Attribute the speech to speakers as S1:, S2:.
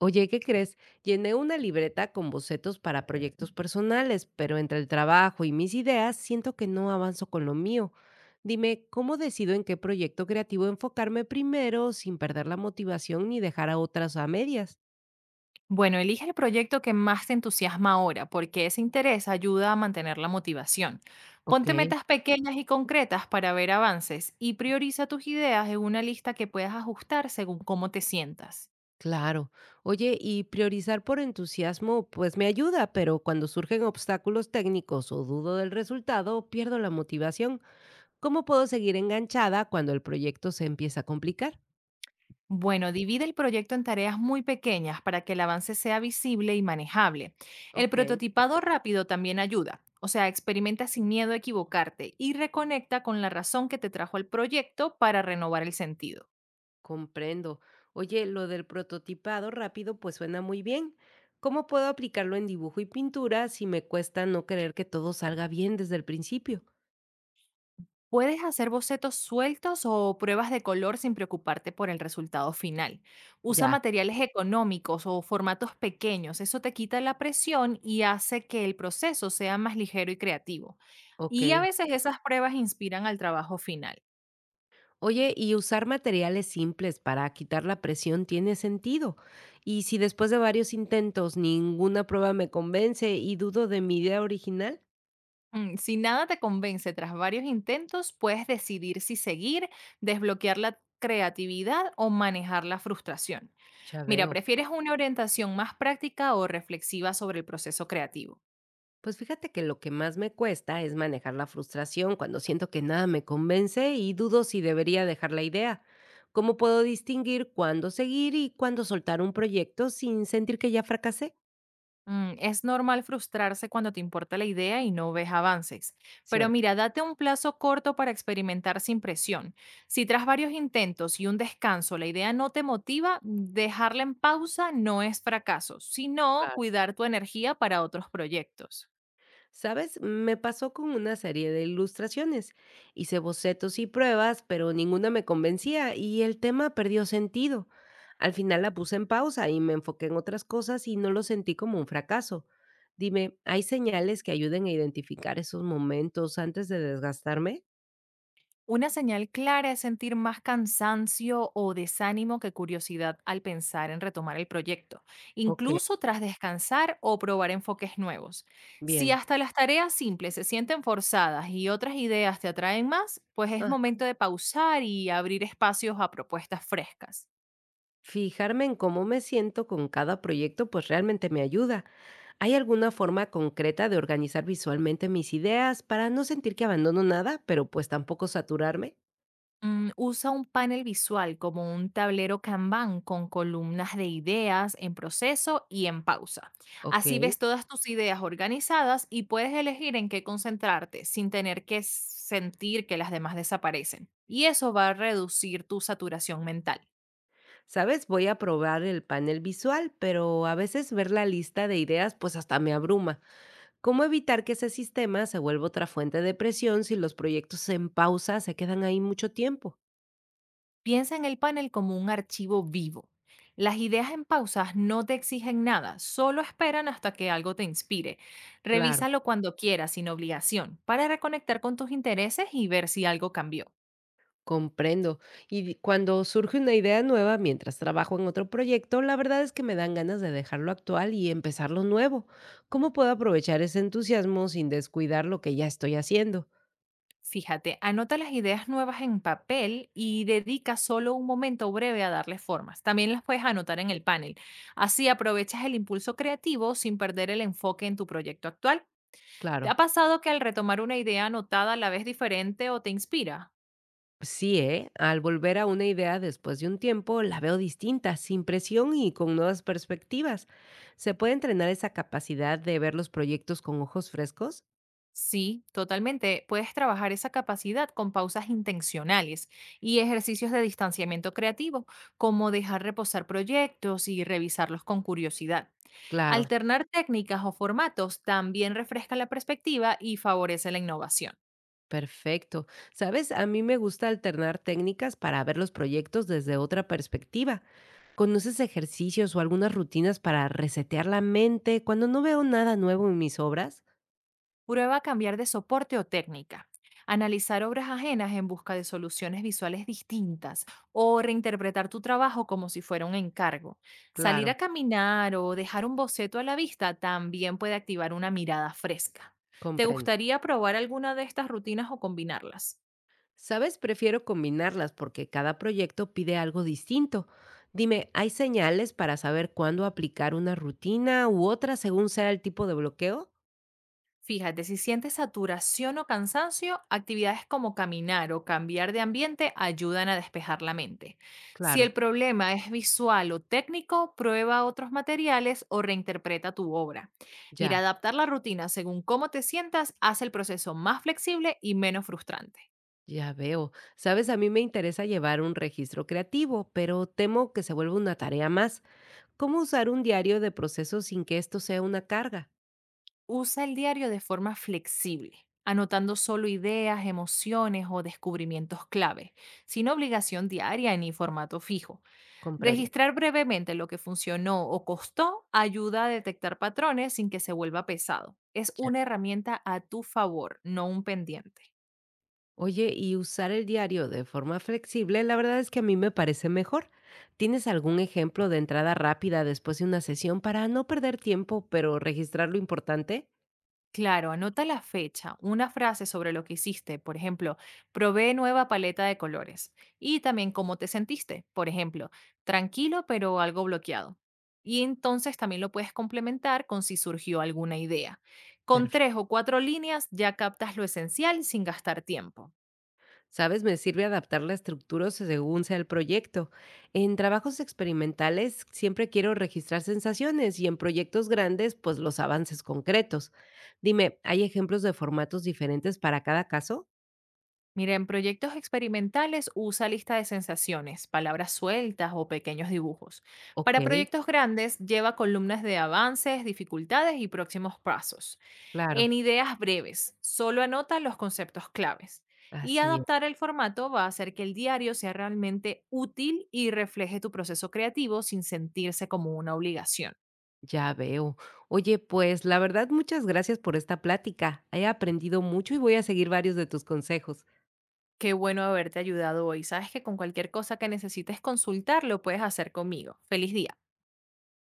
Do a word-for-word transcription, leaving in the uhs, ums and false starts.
S1: Oye, ¿qué crees? Llené una libreta con bocetos para proyectos personales, pero entre el trabajo y mis ideas siento que no avanzo con lo mío. Dime, ¿cómo decido en qué proyecto creativo enfocarme primero sin perder la motivación ni dejar a otras a medias?
S2: Bueno, elige el proyecto que más te entusiasma ahora, porque ese interés ayuda a mantener la motivación.
S1: Ok,
S2: Ponte metas pequeñas y concretas para ver avances y prioriza tus ideas en una lista que puedas ajustar según cómo te sientas.
S1: claro. Oye, y priorizar por entusiasmo, pues me ayuda, pero cuando surgen obstáculos técnicos o dudo del resultado, pierdo la motivación. ¿Cómo puedo seguir enganchada cuando el proyecto se empieza a complicar?
S2: Bueno, divide el proyecto en tareas muy pequeñas para que el avance sea visible y manejable. El
S1: Ok.
S2: prototipado rápido también ayuda, o sea, experimenta sin miedo a equivocarte y reconecta con la razón que te trajo al proyecto para renovar el sentido.
S1: Comprendo. Oye, lo del prototipado rápido pues suena muy bien. ¿Cómo puedo aplicarlo en dibujo y pintura si me cuesta no creer que todo salga bien desde el principio?
S2: Puedes hacer bocetos sueltos o pruebas de color sin preocuparte por el resultado final. Usa
S1: Ya,
S2: materiales económicos o formatos pequeños, eso te quita la presión y hace que el proceso sea más ligero y creativo.
S1: ok.
S2: Y a veces esas pruebas inspiran al trabajo final.
S1: Oye, y usar materiales simples para quitar la presión tiene sentido. Y si después de varios intentos ninguna prueba me convence y dudo de mi idea original,
S2: Mm, si nada te convence tras varios intentos, puedes decidir si seguir, desbloquear la creatividad o manejar la frustración.
S1: ya
S2: Mira,
S1: veo.
S2: ¿prefieres una orientación más práctica o reflexiva sobre el proceso creativo?
S1: Pues fíjate que lo que más me cuesta es manejar la frustración cuando siento que nada me convence y dudo si debería dejar la idea. ¿Cómo puedo distinguir cuándo seguir y cuándo soltar un proyecto sin sentir que ya fracasé?
S2: Mm, es normal frustrarse cuando te importa la idea y no ves avances, pero
S1: Cierto.
S2: mira, date un plazo corto para experimentar sin presión. Si tras varios intentos y un descanso la idea no te motiva, dejarla en pausa no es fracaso, sino cuidar tu energía para otros proyectos.
S1: ¿Sabes? Me pasó con una serie de ilustraciones. Hice bocetos y pruebas, pero ninguna me convencía y el tema perdió sentido. Al final la puse en pausa y me enfoqué en otras cosas y no lo sentí como un fracaso. Dime, ¿hay señales que ayuden a identificar esos momentos antes de desgastarme?
S2: Una señal clara es sentir más cansancio o desánimo que curiosidad al pensar en retomar el proyecto,
S1: Ok,
S2: incluso tras descansar o probar enfoques nuevos. Si
S1: bien.
S2: hasta las tareas simples se sienten forzadas y otras ideas te atraen más, pues es
S1: Ah,
S2: momento de pausar y abrir espacios a propuestas frescas.
S1: fijarme en cómo me siento con cada proyecto pues realmente me ayuda. ¿Hay alguna forma concreta de organizar visualmente mis ideas para no sentir que abandono nada, pero pues tampoco saturarme?
S2: Mm, usa un panel visual como un tablero Kanban con columnas de ideas en proceso y en pausa.
S1: Ok,
S2: Así ves todas tus ideas organizadas y puedes elegir en qué concentrarte sin tener que sentir que las demás desaparecen. Y eso va a reducir tu saturación mental.
S1: sabes, voy a probar el panel visual, pero a veces ver la lista de ideas pues hasta me abruma. ¿Cómo evitar que ese sistema se vuelva otra fuente de presión si los proyectos en pausa se quedan ahí mucho tiempo?
S2: Piensa en el panel como un archivo vivo. Las ideas en pausas no te exigen nada, solo esperan hasta que algo te inspire.
S1: Claro.
S2: Revísalo cuando quieras, sin obligación, para reconectar con tus intereses y ver si algo cambió.
S1: Comprendo. Y di- cuando surge una idea nueva mientras trabajo en otro proyecto, la verdad es que me dan ganas de dejar lo actual y empezar lo nuevo. ¿Cómo puedo aprovechar ese entusiasmo sin descuidar lo que ya estoy haciendo?
S2: Fíjate, anota las ideas nuevas en papel y dedica solo un momento breve a darles formas. También las puedes anotar en el panel. Así aprovechas el impulso creativo sin perder el enfoque en tu proyecto actual. ¿Te ha
S1: Claro.
S2: pasado que al retomar una idea anotada la ves diferente o te inspira?
S1: Sí, ¿eh? Al volver a una idea después de un tiempo, la veo distinta, sin presión y con nuevas perspectivas. ¿Se puede entrenar esa capacidad de ver los proyectos con ojos frescos?
S2: Sí, totalmente. Puedes trabajar esa capacidad con pausas intencionales y ejercicios de distanciamiento creativo, como dejar reposar proyectos y revisarlos con curiosidad.
S1: Claro.
S2: Alternar técnicas o formatos también refresca la perspectiva y favorece la innovación.
S1: Perfecto. Sabes, a mí me gusta alternar técnicas para ver los proyectos desde otra perspectiva. ¿Conoces ejercicios o algunas rutinas para resetear la mente cuando no veo nada nuevo en mis obras?
S2: Prueba a cambiar de soporte o técnica. Analizar obras ajenas en busca de soluciones visuales distintas o reinterpretar tu trabajo como si fuera un encargo. Salir
S1: Claro,
S2: a caminar o dejar un boceto a la vista también puede activar una mirada fresca. ¿Te
S1: comprendo.
S2: gustaría probar alguna de estas rutinas o combinarlas?
S1: Sabes, prefiero combinarlas porque cada proyecto pide algo distinto. Dime, ¿hay señales para saber cuándo aplicar una rutina u otra según sea el tipo de bloqueo?
S2: Fíjate, si sientes saturación o cansancio, actividades como caminar o cambiar de ambiente ayudan a despejar la mente. Si
S1: Claro,
S2: el problema es visual o técnico, prueba otros materiales o reinterpreta tu obra. Mira,
S1: ya.
S2: adaptar la rutina según cómo te sientas hace el proceso más flexible y menos frustrante.
S1: Ya veo. Sabes, a mí me interesa llevar un registro creativo, pero temo que se vuelva una tarea más. ¿Cómo usar un diario de proceso sin que esto sea una carga?
S2: Usa el diario de forma flexible, anotando solo ideas, emociones o descubrimientos clave, sin obligación diaria ni formato fijo.
S1: Comprendo.
S2: Registrar brevemente lo que funcionó o costó ayuda a detectar patrones sin que se vuelva pesado. Es
S1: Ya.
S2: una herramienta a tu favor, no un pendiente.
S1: Oye, y usar el diario de forma flexible, la verdad es que a mí me parece mejor. ¿Tienes algún ejemplo de entrada rápida después de una sesión para no perder tiempo, pero registrar lo importante?
S2: Claro, anota la fecha, una frase sobre lo que hiciste, por ejemplo, probé nueva paleta de colores y también cómo te sentiste, por ejemplo, tranquilo pero algo bloqueado. Y entonces también lo puedes complementar con si surgió alguna idea. Con tres o cuatro líneas ya captas lo esencial sin gastar tiempo.
S1: ¿Sabes? Me sirve adaptar la estructura según sea el proyecto. En trabajos experimentales siempre quiero registrar sensaciones y en proyectos grandes, pues los avances concretos. Dime, ¿hay ejemplos de formatos diferentes para cada caso?
S2: Mira, en proyectos experimentales usa lista de sensaciones, palabras sueltas o pequeños dibujos.
S1: Ok,
S2: Para proyectos grandes lleva columnas de avances, dificultades y próximos pasos.
S1: claro,
S2: En ideas breves, solo anota los conceptos claves. Y
S1: así es.
S2: adaptar el formato va a hacer que el diario sea realmente útil y refleje tu proceso creativo sin sentirse como una obligación.
S1: Ya veo. Oye, pues la verdad, muchas gracias por esta plática. He aprendido mucho y voy a seguir varios de tus consejos.
S2: Qué bueno haberte ayudado hoy. Sabes que con cualquier cosa que necesites consultar lo puedes hacer conmigo. Feliz día.